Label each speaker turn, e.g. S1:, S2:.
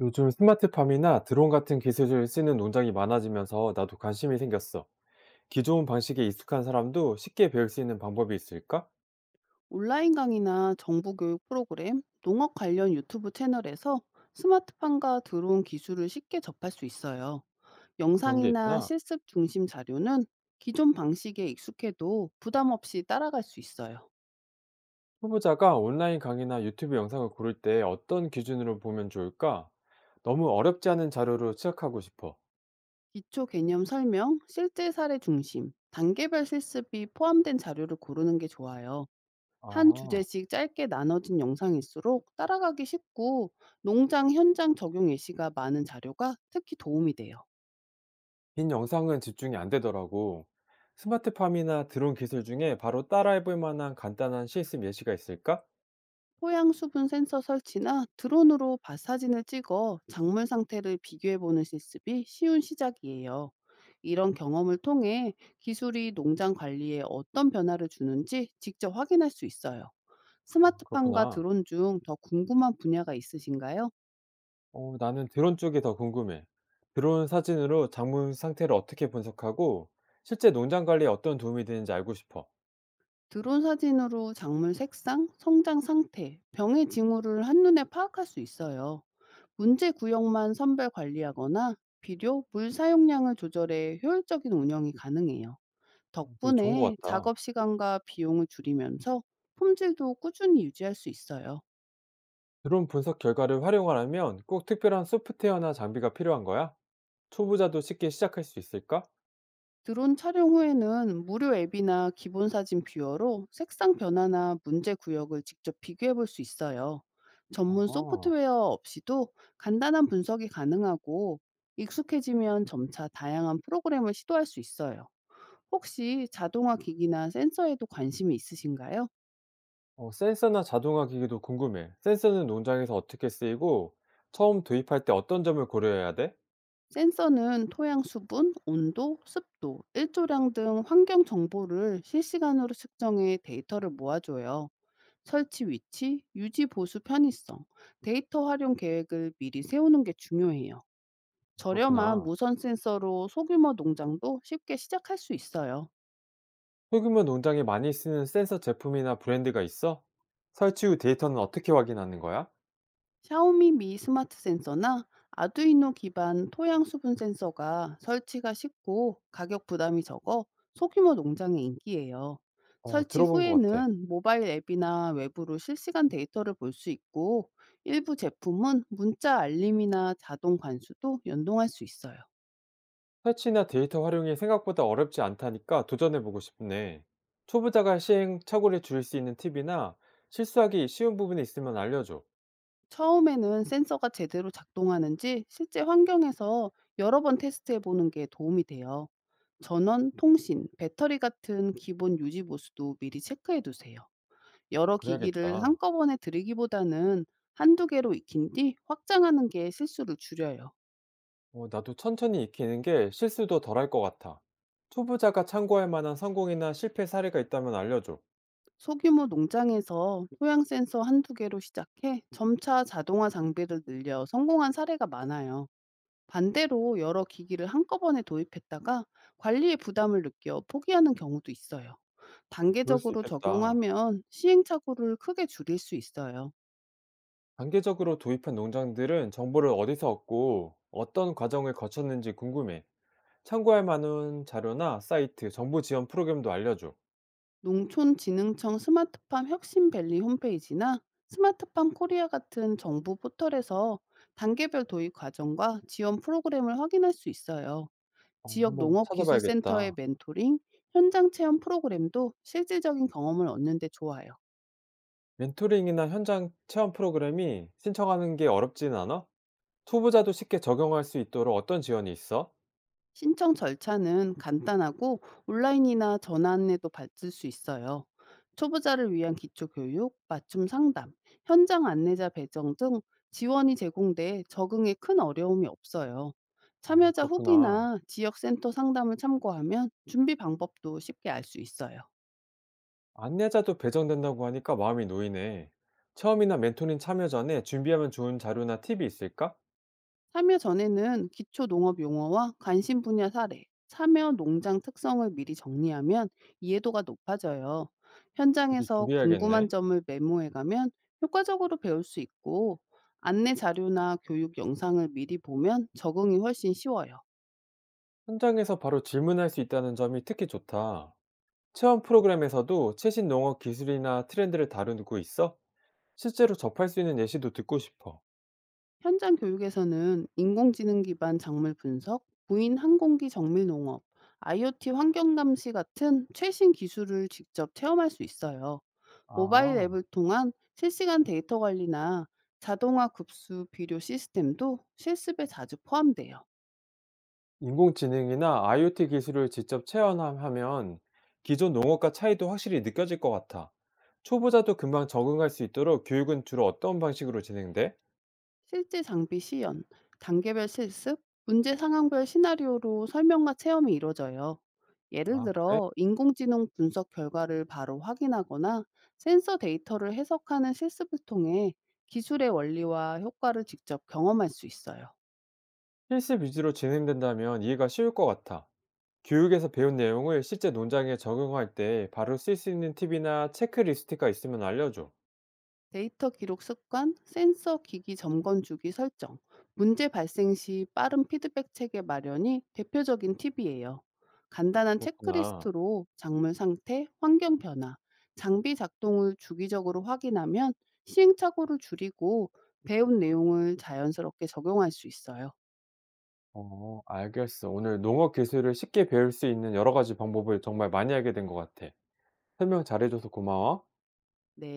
S1: 요즘 스마트팜이나 드론 같은 기술을 쓰는 농장이 많아지면서 나도 관심이 생겼어. 기존 방식에 익숙한 사람도 쉽게 배울 수 있는 방법이 있을까?
S2: 온라인 강의나 정부 교육 프로그램, 농업 관련 유튜브 채널에서 스마트팜과 드론 기술을 쉽게 접할 수 있어요.
S1: 그런 게
S2: 영상이나
S1: 있구나.
S2: 실습 중심 자료는 기존 방식에 익숙해도 부담 없이 따라갈 수 있어요.
S1: 후보자가 온라인 강의나 유튜브 영상을 고를 때 어떤 기준으로 보면 좋을까? 너무 어렵지 않은 자료로 시작하고 싶어.
S2: 기초 개념 설명, 실제 사례 중심, 단계별 실습이 포함된 자료를 고르는 게 좋아요. 한
S1: 아,
S2: 주제씩 짧게 나눠진 영상일수록 따라가기 쉽고 농장 현장 적용 예시가 많은 자료가 특히 도움이 돼요.
S1: 긴 영상은 집중이 안 되더라고. 스마트팜이나 드론 기술 중에 바로 따라해볼 만한 간단한 실습 예시가 있을까?
S2: 토양 수분 센서 설치나 드론으로 밭 사진을 찍어 작물 상태를 비교해 보는 실습이 쉬운 시작이에요. 이런 경험을 통해 기술이 농장 관리에 어떤 변화를 주는지 직접 확인할 수 있어요. 스마트팜과
S1: 그렇구나.
S2: 드론 중 더 궁금한 분야가 있으신가요?
S1: 어 나는 드론 쪽이 더 궁금해. 드론 사진으로 작물 상태를 어떻게 분석하고 실제 농장 관리에 어떤 도움이 되는지 알고 싶어.
S2: 드론 사진으로 작물 색상, 성장 상태, 병의 징후를 한눈에 파악할 수 있어요. 문제 구역만 선별 관리하거나 비료, 물 사용량을 조절해 효율적인 운영이 가능해요.
S1: 어 되게 좋은
S2: 덕분에
S1: 것 같다.
S2: 작업 시간과 비용을 줄이면서 품질도 꾸준히 유지할 수 있어요.
S1: 드론 분석 결과를 활용하려면 꼭 특별한 소프트웨어나 장비가 필요한 거야? 초보자도 쉽게 시작할 수 있을까?
S2: 드론 촬영 후에는 무료 앱이나 기본 사진 뷰어로 색상 변화나 문제 구역을 직접 비교해 볼 수 있어요. 전문
S1: 아,
S2: 소프트웨어 없이도 간단한 분석이 가능하고 익숙해지면 점차 다양한 프로그램을 시도할 수 있어요. 혹시 자동화 기기나 센서에도 관심이 있으신가요?
S1: 어 센서나 자동화 기기도 궁금해. 센서는 농장에서 어떻게 쓰이고 처음 도입할 때 어떤 점을 고려해야 돼?
S2: 센서는 토양 수분, 온도, 습도, 일조량 등 환경 정보를 실시간으로 측정해 데이터를 모아줘요. 설치 위치, 유지 보수 편의성, 데이터 활용 계획을 미리 세우는 게 중요해요. 저렴한
S1: 그렇구나.
S2: 무선 센서로 소규모 농장도 쉽게 시작할 수 있어요.
S1: 소규모 농장에 많이 쓰는 센서 제품이나 브랜드가 있어? 설치 후 데이터는 어떻게 확인하는 거야?
S2: 샤오미 미 스마트 센서나 아두이노 기반 토양 수분 센서가 설치가 쉽고 가격 부담이 적어 소규모 농장의 인기예요.
S1: 어
S2: 설치
S1: 들어본 것 같아.
S2: 후에는 모바일 앱이나 외부로 실시간 데이터를 볼 수 있고 일부 제품은 문자 알림이나 자동 관수도 연동할 수 있어요.
S1: 설치나 데이터 활용이 생각보다 어렵지 않다니까 도전해 보고 싶네. 초보자가 시행착오를 줄일 수 있는 팁이나 실수하기 쉬운 부분이 있으면 알려줘.
S2: 처음에는 센서가 제대로 작동하는지 실제 환경에서 여러 번 테스트해 보는 게 도움이 돼요. 전원, 통신, 배터리 같은 기본 유지 보수도 미리 체크해 두세요. 여러 기기를
S1: 그래야겠다.
S2: 한꺼번에 들이기보다는 한두 개로 익힌 뒤 확장하는 게 실수를 줄여요.
S1: 어, 나도 천천히 익히는 게 실수도 덜할 것 같아. 초보자가 참고할 만한 성공이나 실패 사례가 있다면 알려줘.
S2: 소규모 농장에서 토양 센서 한두 개로 시작해 점차 자동화 장비를 늘려 성공한 사례가 많아요. 반대로 여러 기기를 한꺼번에 도입했다가 관리에 부담을 느껴 포기하는 경우도 있어요.
S1: 그럴 수
S2: 단계적으로
S1: 있겠다.
S2: 적용하면 시행착오를 크게 줄일 수 있어요.
S1: 단계적으로 도입한 농장들은 정보를 어디서 얻고 어떤 과정을 거쳤는지 궁금해. 참고할 만한 자료나 사이트, 정보 지원 프로그램도 알려줘.
S2: 농촌진흥청 스마트팜 혁신밸리 홈페이지나 스마트팜 코리아 같은 정부 포털에서 단계별 도입 과정과 지원 프로그램을 확인할 수 있어요.
S1: 어
S2: 지역
S1: 한번
S2: 농업기술센터의
S1: 찾아봐야겠다.
S2: 멘토링, 현장 체험 프로그램도 실질적인 경험을 얻는 데 좋아요.
S1: 멘토링이나 현장 체험 프로그램이 신청하는 게 어렵진 않아? 초보자도 쉽게 적용할 수 있도록 어떤 지원이 있어?
S2: 신청 절차는 간단하고 온라인이나 전화 안내도 받을 수 있어요. 초보자를 위한 기초 교육, 맞춤 상담, 현장 안내자 배정 등 지원이 제공돼 적응에 큰 어려움이 없어요.
S1: 아,
S2: 참여자
S1: 그렇구나.
S2: 후기나 지역센터 상담을 참고하면 준비 방법도 쉽게 알 수 있어요.
S1: 안내자도 배정된다고 하니까 마음이 놓이네. 체험이나 멘토링 참여 전에 준비하면 좋은 자료나 팁이 있을까?
S2: 참여 전에는 기초 농업 용어와 관심 분야 사례, 참여 농장 특성을 미리 정리하면 이해도가 높아져요.
S1: 미리
S2: 현장에서 궁금한
S1: 준비해야겠네.
S2: 점을 메모해 가면 효과적으로 배울 수 있고, 안내 자료나 교육 영상을 미리 보면 적응이 훨씬 쉬워요.
S1: 현장에서 바로 질문할 수 있다는 점이 특히 좋다. 체험 프로그램에서도 최신 농업 기술이나 트렌드를 다루고 있어? 실제로 접할 수 있는 예시도 듣고 싶어.
S2: 현장 교육에서는 인공지능 기반 작물 분석, 무인 항공기 정밀 농업, IoT 환경 감시 같은 최신 기술을 직접 체험할 수 있어요. 모바일
S1: 아.
S2: 앱을 통한 실시간 데이터 관리나 자동화 급수 비료 시스템도 실습에 자주 포함돼요.
S1: 인공지능이나 IoT 기술을 직접 체험하면 기존 농업과 차이도 확실히 느껴질 것 같아. 초보자도 금방 적응할 수 있도록 교육은 주로 어떤 방식으로 진행돼?
S2: 실제 장비 시연, 단계별 실습, 문제 상황별 시나리오로 설명과 체험이 이루어져요. 예를
S1: 아, 그래?
S2: 들어 인공지능 분석 결과를 바로 확인하거나 센서 데이터를 해석하는 실습을 통해 기술의 원리와 효과를 직접 경험할 수 있어요.
S1: 실습 위주로 진행된다면 이해가 쉬울 것 같아. 교육에서 배운 내용을 실제 논장에 적용할 때 바로 쓸 수 있는 팁이나 체크리스트가 있으면 알려줘.
S2: 데이터 기록 습관, 센서 기기 점검 주기 설정, 문제 발생 시 빠른 피드백 체계 마련이 대표적인 팁이에요. 간단한
S1: 그렇구나.
S2: 체크리스트로 작물 상태, 환경 변화, 장비 작동을 주기적으로 확인하면 시행착오를 줄이고 배운 내용을 자연스럽게 적용할 수 있어요.
S1: 어, 알겠어. 오늘 농업 기술을 쉽게 배울 수 있는 여러 가지 방법을 정말 많이 알게 된 것 같아. 설명 잘해줘서 고마워.
S2: 네.